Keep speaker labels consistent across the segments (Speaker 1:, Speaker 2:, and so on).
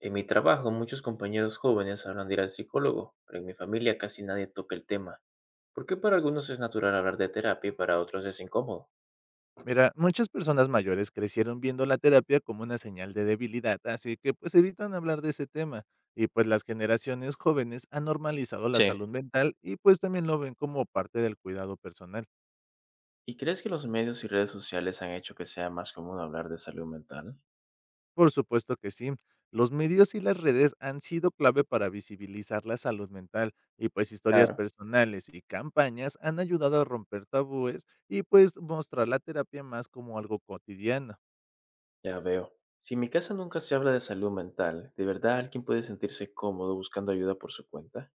Speaker 1: En mi trabajo, muchos compañeros jóvenes hablan de ir al psicólogo, pero en mi familia casi nadie toca el tema. ¿Por qué para algunos es natural hablar de terapia y para otros es incómodo?
Speaker 2: Mira, muchas personas mayores crecieron viendo la terapia como una señal de debilidad, así que pues evitan hablar de ese tema. Y pues las generaciones jóvenes han normalizado la
Speaker 1: Sí.
Speaker 2: salud mental y pues también lo ven como parte del cuidado personal.
Speaker 1: ¿Y crees que los medios y redes sociales han hecho que sea más común hablar de salud mental?
Speaker 2: Por supuesto que sí, los medios y las redes han sido clave para visibilizar la salud mental y pues historias
Speaker 1: Claro.
Speaker 2: personales y campañas han ayudado a romper tabúes y pues mostrar la terapia más como algo cotidiano.
Speaker 1: Ya veo. Si en mi casa nunca se habla de salud mental, ¿de verdad alguien puede sentirse cómodo buscando ayuda por su cuenta?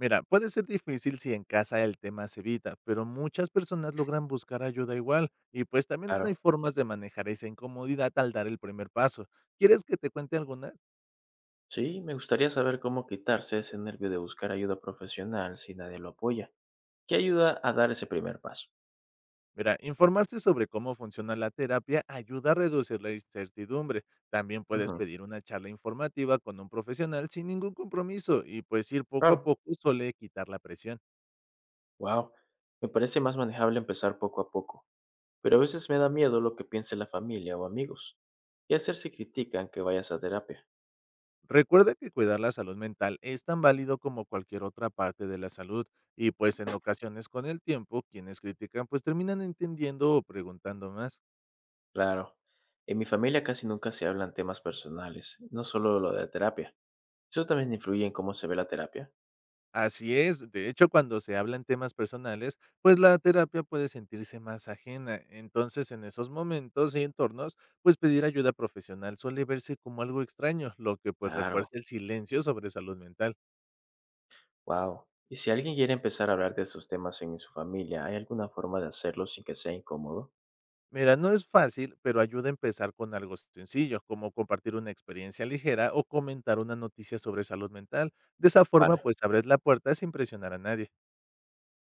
Speaker 2: Mira, puede ser difícil si en casa el tema se evita, pero muchas personas logran buscar ayuda igual y pues también hay
Speaker 1: Claro.
Speaker 2: formas de manejar esa incomodidad al dar el primer paso. ¿Quieres que te cuente algunas?
Speaker 1: Sí, me gustaría saber cómo quitarse ese nervio de buscar ayuda profesional si nadie lo apoya. ¿Qué ayuda a dar ese primer paso?
Speaker 2: Mira, informarse sobre cómo funciona la terapia ayuda a reducir la incertidumbre. También puedes
Speaker 1: Ujú.
Speaker 2: pedir una charla informativa con un profesional sin ningún compromiso y pues ir poco a
Speaker 1: Claro.
Speaker 2: poco suele quitar la presión.
Speaker 1: Wow, me parece más manejable empezar poco a poco, pero a veces me da miedo lo que piense la familia o amigos. ¿Qué hacer si critican que vayas a terapia?
Speaker 2: Recuerda que cuidar la salud mental es tan válido como cualquier otra parte de la salud y pues en ocasiones con el tiempo quienes critican pues terminan entendiendo o preguntando más.
Speaker 1: Claro, en mi familia casi nunca se hablan temas personales, no solo lo de la terapia. ¿Eso también influye en cómo se ve la terapia?
Speaker 2: Así es, de hecho cuando se hablan temas personales pues la terapia puede sentirse más ajena, entonces en esos momentos y entornos pues pedir ayuda profesional suele verse como algo extraño, lo que pues
Speaker 1: Claro,
Speaker 2: refuerza el silencio sobre salud mental.
Speaker 1: wow. ¿Y si alguien quiere empezar a hablar de esos temas en su familia, hay alguna forma de hacerlo sin que sea incómodo?
Speaker 2: Mira, no es fácil, pero ayuda a empezar con algo sencillo, como compartir una experiencia ligera o comentar una noticia sobre salud mental. De esa forma,
Speaker 1: Vale,
Speaker 2: pues abres la puerta sin presionar a nadie.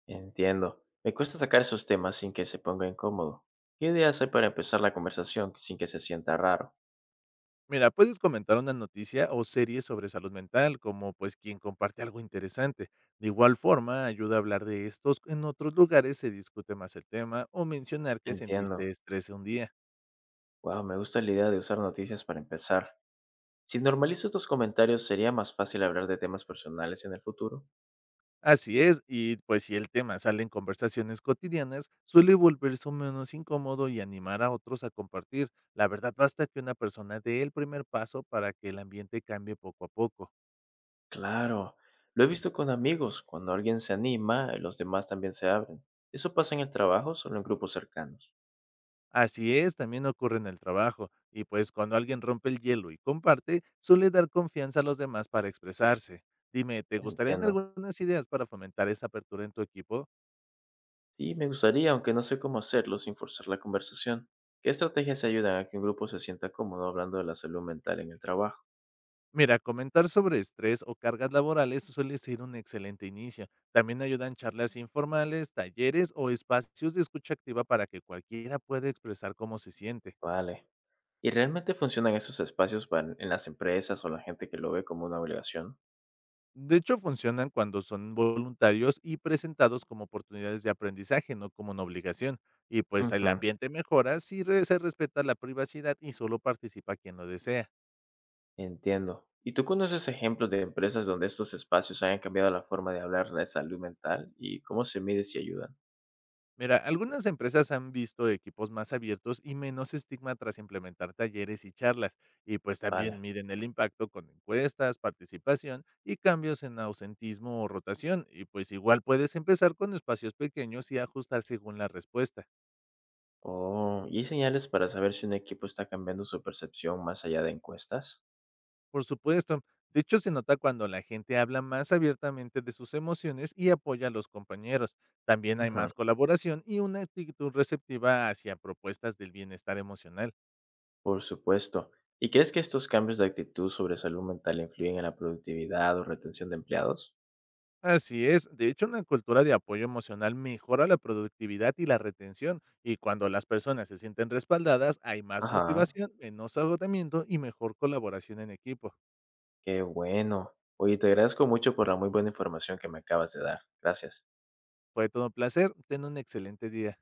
Speaker 1: entiendo. Me cuesta sacar esos temas sin que se ponga incómodo. ¿Qué ideas hay para empezar la conversación sin que se sienta raro?
Speaker 2: Mira, puedes comentar una noticia o serie sobre salud mental, como pues quien comparte algo interesante. De igual forma, ayuda a hablar de estos en otros lugares, se discute más el tema o mencionar que
Speaker 1: Entiendo.
Speaker 2: sentiste estrés un día.
Speaker 1: Wow, me gusta la idea de usar noticias para empezar. Si normalizo estos comentarios, ¿sería más fácil hablar de temas personales en el futuro?
Speaker 2: Así es, y pues si el tema sale en conversaciones cotidianas, suele volverse menos incómodo y animar a otros a compartir. La verdad, basta que una persona dé el primer paso para que el ambiente cambie poco a poco.
Speaker 1: Claro, lo he visto con amigos. Cuando alguien se anima, los demás también se abren. ¿Eso pasa en el trabajo o solo en grupos cercanos?
Speaker 2: Así es, también ocurre en el trabajo, y pues cuando alguien rompe el hielo y comparte, suele dar confianza a los demás para expresarse. Dime, ¿te gustarían
Speaker 1: Entiendo.
Speaker 2: algunas ideas para fomentar esa apertura en tu equipo?
Speaker 1: Sí, me gustaría, aunque no sé cómo hacerlo sin forzar la conversación. ¿Qué estrategias ayudan a que un grupo se sienta cómodo hablando de la salud mental en el trabajo?
Speaker 2: Mira, comentar sobre estrés o cargas laborales suele ser un excelente inicio. También ayudan charlas informales, talleres o espacios de escucha activa para que cualquiera pueda expresar cómo se siente.
Speaker 1: Vale. ¿Y realmente funcionan estos espacios en las empresas o la gente que lo ve como una obligación?
Speaker 2: De hecho, funcionan cuando son voluntarios y presentados como oportunidades de aprendizaje, no como una obligación. Y pues el
Speaker 1: Ujú.
Speaker 2: ambiente mejora si se respeta la privacidad y solo participa quien lo desea.
Speaker 1: Entiendo. ¿Y tú conoces ejemplos de empresas donde estos espacios hayan cambiado la forma de hablar de salud mental y cómo se mide si ayudan?
Speaker 2: Mira, algunas empresas han visto equipos más abiertos y menos estigma tras implementar talleres y charlas, y pues también
Speaker 1: Vale.
Speaker 2: miden el impacto con encuestas, participación y cambios en ausentismo o rotación, y pues igual puedes empezar con espacios pequeños y ajustar según la respuesta.
Speaker 1: Oh, ¿y hay señales para saber si un equipo está cambiando su percepción más allá de encuestas?
Speaker 2: Por supuesto, de hecho se nota cuando la gente habla más abiertamente de sus emociones y apoya a los compañeros. También hay
Speaker 1: Ujú.
Speaker 2: más colaboración y una actitud receptiva hacia propuestas del bienestar emocional.
Speaker 1: Por supuesto. ¿Y crees que estos cambios de actitud sobre salud mental influyen en la productividad o retención de empleados?
Speaker 2: Así es, de hecho una cultura de apoyo emocional mejora la productividad y la retención, y cuando las personas se sienten respaldadas hay más
Speaker 1: Ajá,
Speaker 2: motivación, menos agotamiento y mejor colaboración en equipo.
Speaker 1: qué bueno. Oye, te agradezco mucho por la muy buena información que me acabas de dar. Gracias.
Speaker 2: Fue todo un placer, ten un excelente día.